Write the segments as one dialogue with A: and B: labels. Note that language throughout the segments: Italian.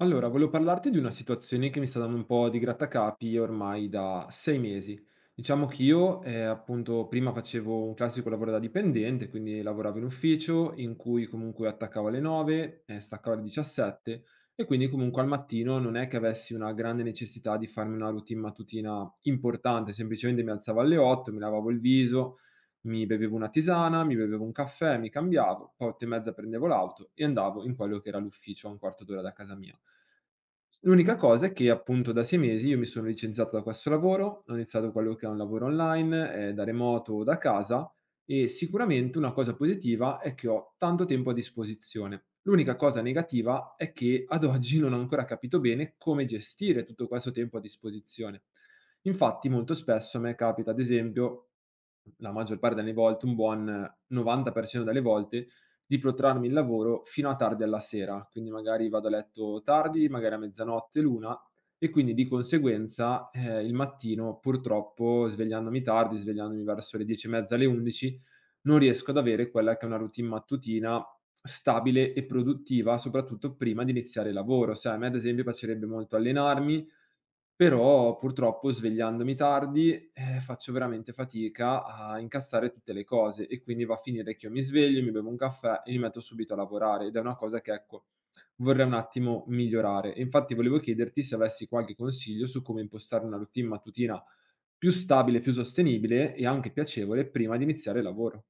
A: Allora, volevo parlarti di una situazione che mi sta dando un po' di grattacapi ormai da 6 mesi. Diciamo che io, appunto, prima facevo un classico lavoro da dipendente, quindi lavoravo in ufficio in cui comunque attaccavo alle 9 e staccavo alle 17, e quindi comunque al mattino non è che avessi una grande necessità di farmi una routine mattutina importante, semplicemente mi alzavo alle 8, mi lavavo il viso, mi bevevo una tisana, mi bevevo un caffè, mi cambiavo, poi 8 e mezza prendevo l'auto e andavo in quello che era l'ufficio a un quarto d'ora da casa mia. L'unica cosa è che appunto da 6 mesi io mi sono licenziato da questo lavoro, ho iniziato quello che è un lavoro online, da remoto o da casa, e sicuramente una cosa positiva è che ho tanto tempo a disposizione. L'unica cosa negativa è che ad oggi non ho ancora capito bene come gestire tutto questo tempo a disposizione. Infatti molto spesso a me capita, ad esempio la maggior parte delle volte, un buon 90% delle volte, di protrarmi il lavoro fino a tardi alla sera. Quindi magari vado a letto tardi, magari a mezzanotte, l'1, e quindi di conseguenza, il mattino purtroppo svegliandomi tardi, svegliandomi verso le 10 e mezza, le 11, non riesco ad avere quella che è una routine mattutina stabile e produttiva, soprattutto prima di iniziare il lavoro. Sai, a me ad esempio piacerebbe molto allenarmi, però purtroppo svegliandomi tardi, faccio veramente fatica a incassare tutte le cose e quindi va a finire che io mi sveglio, mi bevo un caffè e mi metto subito a lavorare, ed è una cosa che, ecco, vorrei un attimo migliorare. E infatti volevo chiederti se avessi qualche consiglio su come impostare una routine mattutina più stabile, più sostenibile e anche piacevole prima di iniziare il lavoro.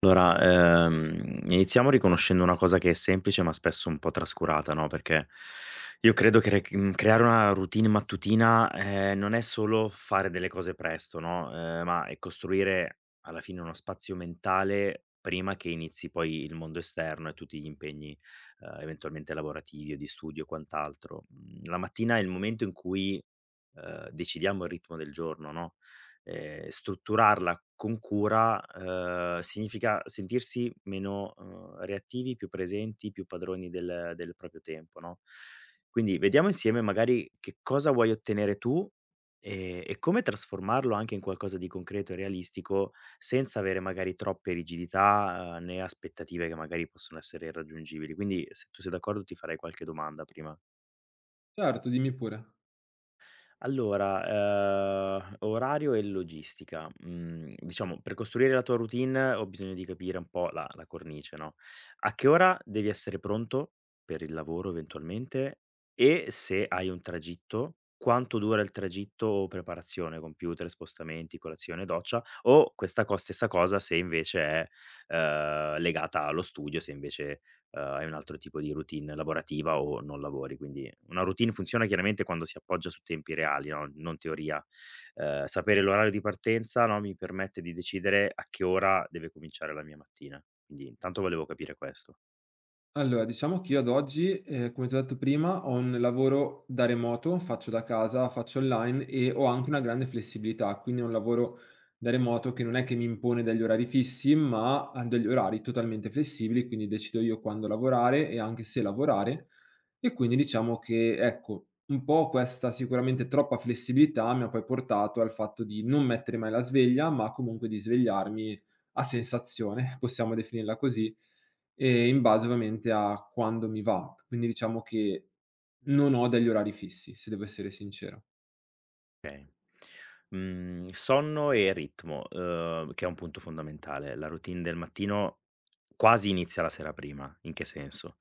B: Allora, iniziamo riconoscendo una cosa che è semplice ma spesso un po' trascurata, no, perché io credo che creare una routine mattutina, non è solo fare delle cose presto, no, ma è costruire alla fine uno spazio mentale prima che inizi poi il mondo esterno e tutti gli impegni, eventualmente lavorativi o di studio o quant'altro. Mhmm, la mattina è il momento in cui, decidiamo il ritmo del giorno, no? Strutturarla con cura, significa sentirsi meno, reattivi, più presenti, più padroni del proprio tempo, no, quindi vediamo insieme magari che cosa vuoi ottenere tu, e come trasformarlo anche in qualcosa di concreto e realistico, senza avere magari troppe rigidità, né aspettative che magari possono essere irraggiungibili. Quindi se tu sei d'accordo ti farei qualche domanda prima.
A: Certo, dimmi pure.
B: Allora, orario e logistica. Mhmm, diciamo per costruire la tua routine ho bisogno di capire un po' la cornice, no, a che ora devi essere pronto per il lavoro eventualmente e se hai un tragitto, quanto dura il tragitto o preparazione, computer, spostamenti, colazione, doccia o questa co stessa cosa se invece è, legata allo studio, se invece hai un altro tipo di routine lavorativa o non lavori. Quindi una routine funziona chiaramente quando si appoggia su tempi reali, no, non teoria. Sapere l'orario di partenza, no, mi permette di decidere a che ora deve cominciare la mia mattina. Quindi intanto volevo capire questo.
A: Allora, diciamo che io ad oggi, come ti ho detto prima, ho un lavoro da remoto, faccio da casa, faccio online e ho anche una grande flessibilità, quindi è un lavoro da remoto che non è che mi impone degli orari fissi, ma ha degli orari totalmente flessibili, quindi decido io quando lavorare e anche se lavorare. E quindi diciamo che, ecco, un po' questa sicuramente troppa flessibilità mi ha poi portato al fatto di non mettere mai la sveglia, ma comunque di svegliarmi a sensazione, possiamo definirla così, e in base ovviamente a quando mi va. Quindi diciamo che non ho degli orari fissi, se devo essere sincero.
B: Okay. Sonno e ritmo, che è un punto fondamentale. La routine del mattino quasi inizia la sera prima. In che senso?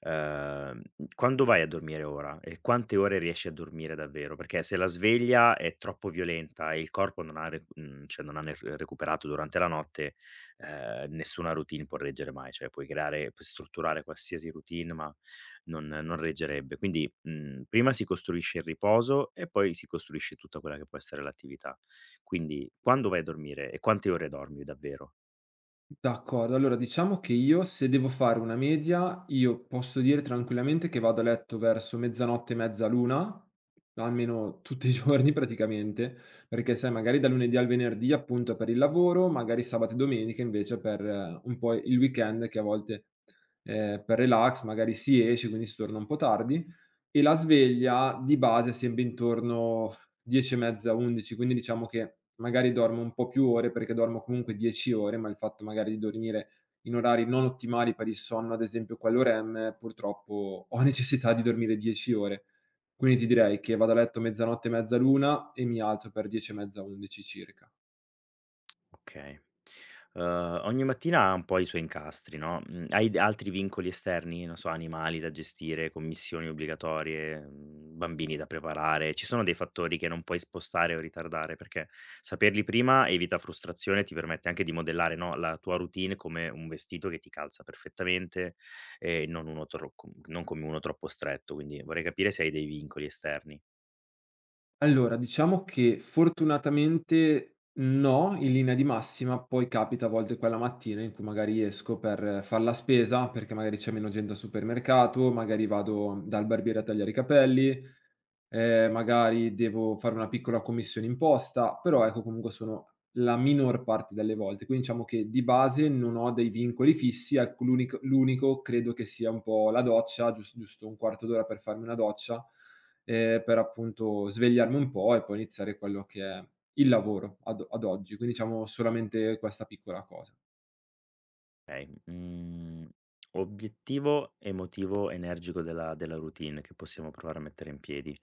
B: Uhm, quando vai a dormire ora e quante ore riesci a dormire davvero? Perché se la sveglia è troppo violenta e il corpo non ha cioè non ha ne recuperato durante la notte, nessuna routine può reggere mai. Cioè puoi strutturare qualsiasi routine, ma non reggerebbe. Quindi, prima si costruisce il riposo e poi si costruisce tutta quella che può essere l'attività. Quindi, quando vai a dormire e quante ore dormi davvero?
A: D'accordo, allora diciamo che io, se devo fare una media, io posso dire tranquillamente che vado a letto verso mezzanotte e mezza, l'una, almeno tutti i giorni praticamente, perché sai magari dal lunedì al venerdì appunto per il lavoro, magari sabato e domenica invece per un po' il weekend che a volte, per relax magari si esce, quindi si torna un po' tardi. E la sveglia di base è sempre intorno 10 e mezza, 11, quindi diciamo che magari dormo un po' più ore, perché dormo comunque 10 ore, ma il fatto magari di dormire in orari non ottimali per il sonno, ad esempio quello REM, purtroppo ho necessità di dormire 10 ore. Quindi ti direi che vado a letto mezzanotte e mezza, l'1 e mi alzo per 10 e mezza, 11 circa.
B: Okay. Uhm, ogni mattina ha un po' i suoi incastri, no, hai d altri vincoli esterni? Non so, animali da gestire, commissioni obbligatorie, bambini da preparare. Ci sono dei fattori che non puoi spostare o ritardare? Perché saperli prima evita frustrazione e ti permette anche di modellare, no, la tua routine come un vestito che ti calza perfettamente e non uno tro com non come uno troppo stretto. Quindi vorrei capire se hai dei vincoli esterni.
A: Allora, diciamo che fortunatamente no, in linea di massima, poi capita a volte quella mattina in cui magari esco per far la spesa, perché magari c'è meno gente al supermercato, magari vado dal barbiere a tagliare i capelli, magari devo fare una piccola commissione imposta, però ecco comunque sono la minor parte delle volte. Quindi diciamo che di base non ho dei vincoli fissi, ecco l'unico credo che sia un po' la doccia, giusto un quarto d'ora per farmi una doccia, per appunto svegliarmi un po' e poi iniziare quello che è il lavoro ad oggi. Quindi diciamo solamente questa piccola cosa.
B: Okay, obiettivo emotivo energico della routine che possiamo provare a mettere in piedi.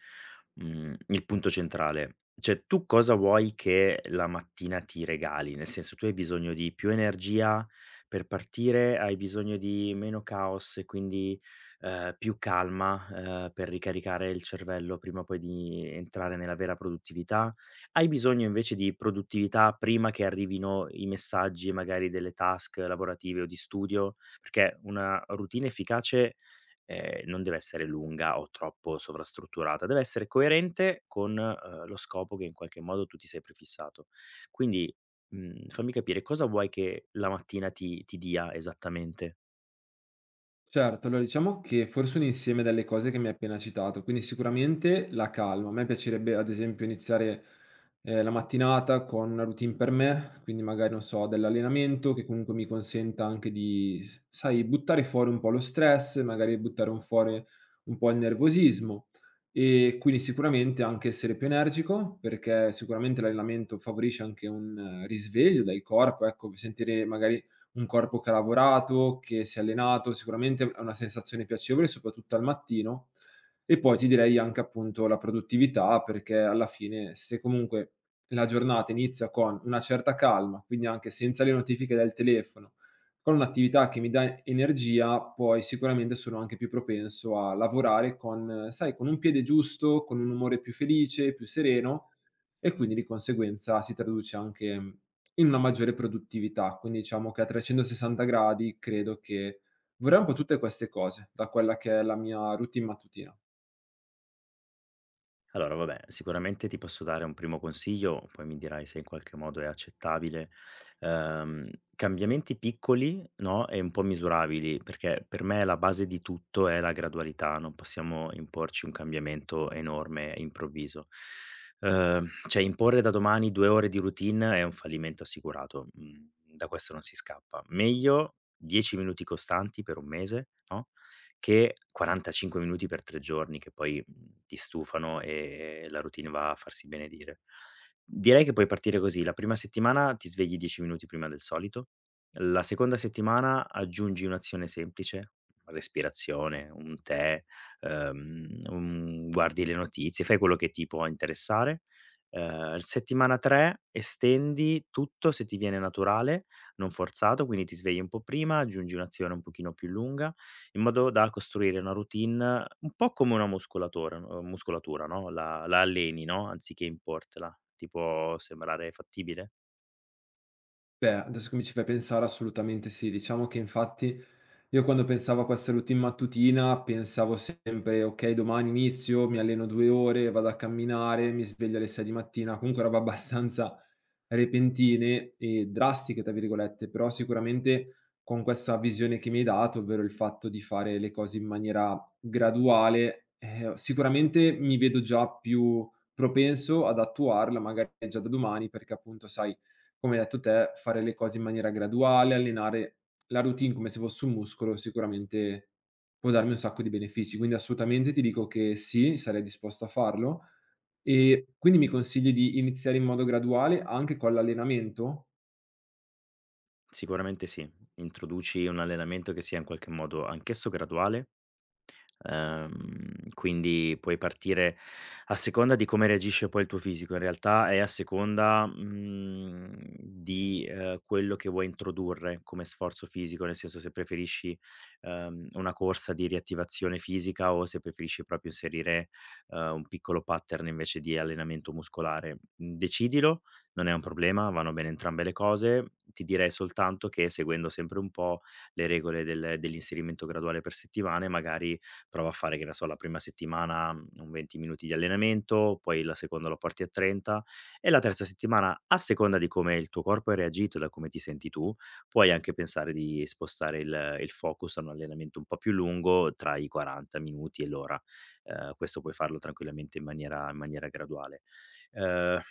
B: Il punto centrale, cioè tu cosa vuoi che la mattina ti regali? Nel senso, tu hai bisogno di più energia per partire, hai bisogno di meno caos e quindi, più calma, per ricaricare il cervello prima poi di entrare nella vera produttività? Hai bisogno invece di produttività prima che arrivino i messaggi, magari delle task lavorative o di studio? Perché una routine efficace, non deve essere lunga o troppo sovrastrutturata, deve essere coerente con, lo scopo che in qualche modo tu ti sei prefissato. Quindi, fammi capire cosa vuoi che la mattina ti dia esattamente?
A: Certo, allora diciamo che forse un insieme delle cose che mi hai appena citato, quindi sicuramente la calma. A me piacerebbe ad esempio iniziare la mattinata con una routine per me, quindi magari non so, dell'allenamento che comunque mi consenta anche di, sai, buttare fuori un po' lo stress, magari buttare un fuori un po' il nervosismo, e quindi sicuramente anche essere più energico perché sicuramente l'allenamento favorisce anche un risveglio del corpo, ecco, sentire magari un corpo che ha lavorato, che si è allenato, sicuramente è una sensazione piacevole, soprattutto al mattino. E poi ti direi anche appunto la produttività, perché alla fine se comunque la giornata inizia con una certa calma, quindi anche senza le notifiche del telefono, con un'attività che mi dà energia, poi sicuramente sono anche più propenso a lavorare con, sai, con un piede giusto, con un umore più felice, più sereno, e quindi di conseguenza si traduce anche in una maggiore produttività. Quindi diciamo che a 360 gradi credo che vorrei un po' tutte queste cose da quella che è la mia routine mattutina.
B: Allora, vabbè, sicuramente ti posso dare un primo consiglio, poi mi dirai se in qualche modo è accettabile. Ehm, cambiamenti piccoli, no, e un po' misurabili, perché per me la base di tutto è la gradualità, non possiamo imporci un cambiamento enorme e improvviso. Cioè, imporre da domani 2 ore di routine è un fallimento assicurato, da questo non si scappa. Meglio 10 minuti costanti per 1 mese, no, che 45 minuti per 3 giorni, che poi ti stufano e la routine va a farsi benedire. Direi che puoi partire così: la prima settimana ti svegli 10 minuti prima del solito, la seconda settimana aggiungi un'azione semplice, respirazione, un tè, un guardi le notizie, fai quello che ti può interessare. Settimana 3 estendi tutto se ti viene naturale, non forzato, quindi ti svegli un po' prima, aggiungi un'azione un pochino più lunga in modo da costruire una routine un po' come una muscolatora muscolatura, no, la alleni, no, anziché importela. Ti può sembrare fattibile?
A: Beh, adesso che mi ci fai pensare assolutamente sì. Diciamo che infatti io quando pensavo a questa routine mattutina pensavo sempre: "Okay, domani inizio, mi alleno 2 ore, vado a camminare, mi sveglio alle 6 di mattina", comunque robe abbastanza repentine e "drastiche" tra virgolette, però sicuramente con questa visione che mi hai dato, ovvero il fatto di fare le cose in maniera graduale, sicuramente mi vedo già più propenso ad attuarla magari già da domani perché appunto sai, come hai detto te, fare le cose in maniera graduale, allenare la routine come se fosse un muscolo, sicuramente può darmi un sacco di benefici. Quindi assolutamente ti dico che sì, sarei disposto a farlo. E quindi mi consigli di iniziare in modo graduale anche con l'allenamento?
B: Sicuramente sì. Introduci un allenamento che sia in qualche modo anch'esso graduale. Quindi puoi partire a seconda di come reagisce poi il tuo fisico, in realtà è a seconda, di, quello che vuoi introdurre come sforzo fisico, nel senso se preferisci, una corsa di riattivazione fisica o se preferisci proprio inserire, un piccolo pattern invece di allenamento muscolare. Mhmm, decidilo, non è un problema, vanno bene entrambe le cose. Ti direi soltanto che seguendo sempre un po' le regole dell'inserimento graduale per settimane, magari prova a fare, che ne so, la prima settimana un 20 minuti di allenamento, poi la seconda lo porti a 30 e la terza settimana, a seconda di come il tuo corpo ha reagito, e da come ti senti tu, puoi anche pensare di spostare il focus a un allenamento un po' più lungo, tra i 40 minuti e l'ora. Questo puoi farlo tranquillamente in maniera graduale. Ehm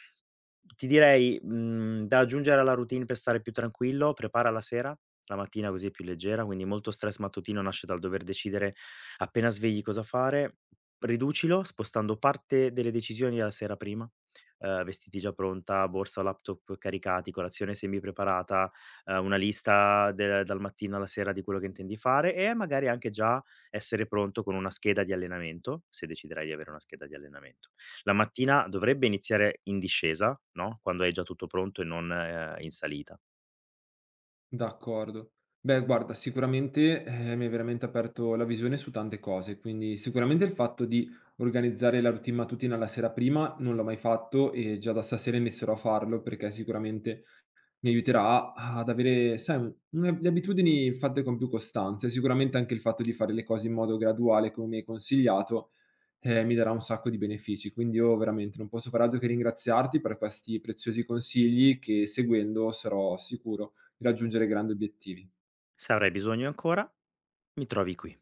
B: ti direi, da aggiungere alla routine per stare più tranquillo, prepara la sera, la mattina così è più leggera, quindi molto stress mattutino nasce dal dover decidere appena svegli cosa fare. Riducilo spostando parte delle decisioni alla sera prima, vestiti già pronta, borsa o laptop caricati, colazione semi-preparata, una lista del dal mattino alla sera di quello che intendi fare e magari anche già essere pronto con una scheda di allenamento, se deciderai di avere una scheda di allenamento. La mattina dovrebbe iniziare in discesa, no, quando hai già tutto pronto e non, in salita.
A: D'accordo. Beh guarda, sicuramente, mi hai veramente aperto la visione su tante cose, quindi sicuramente il fatto di organizzare la routine mattutina la sera prima non l'ho mai fatto e già da stasera inizierò a farlo perché sicuramente mi aiuterà ad avere, sai, un le abitudini fatte con più costanza e sicuramente anche il fatto di fare le cose in modo graduale, come mi hai consigliato, mi darà un sacco di benefici. Quindi io veramente non posso far altro che ringraziarti per questi preziosi consigli che seguendo sarò sicuro di raggiungere grandi obiettivi.
B: Se avrai bisogno ancora, mi trovi qui.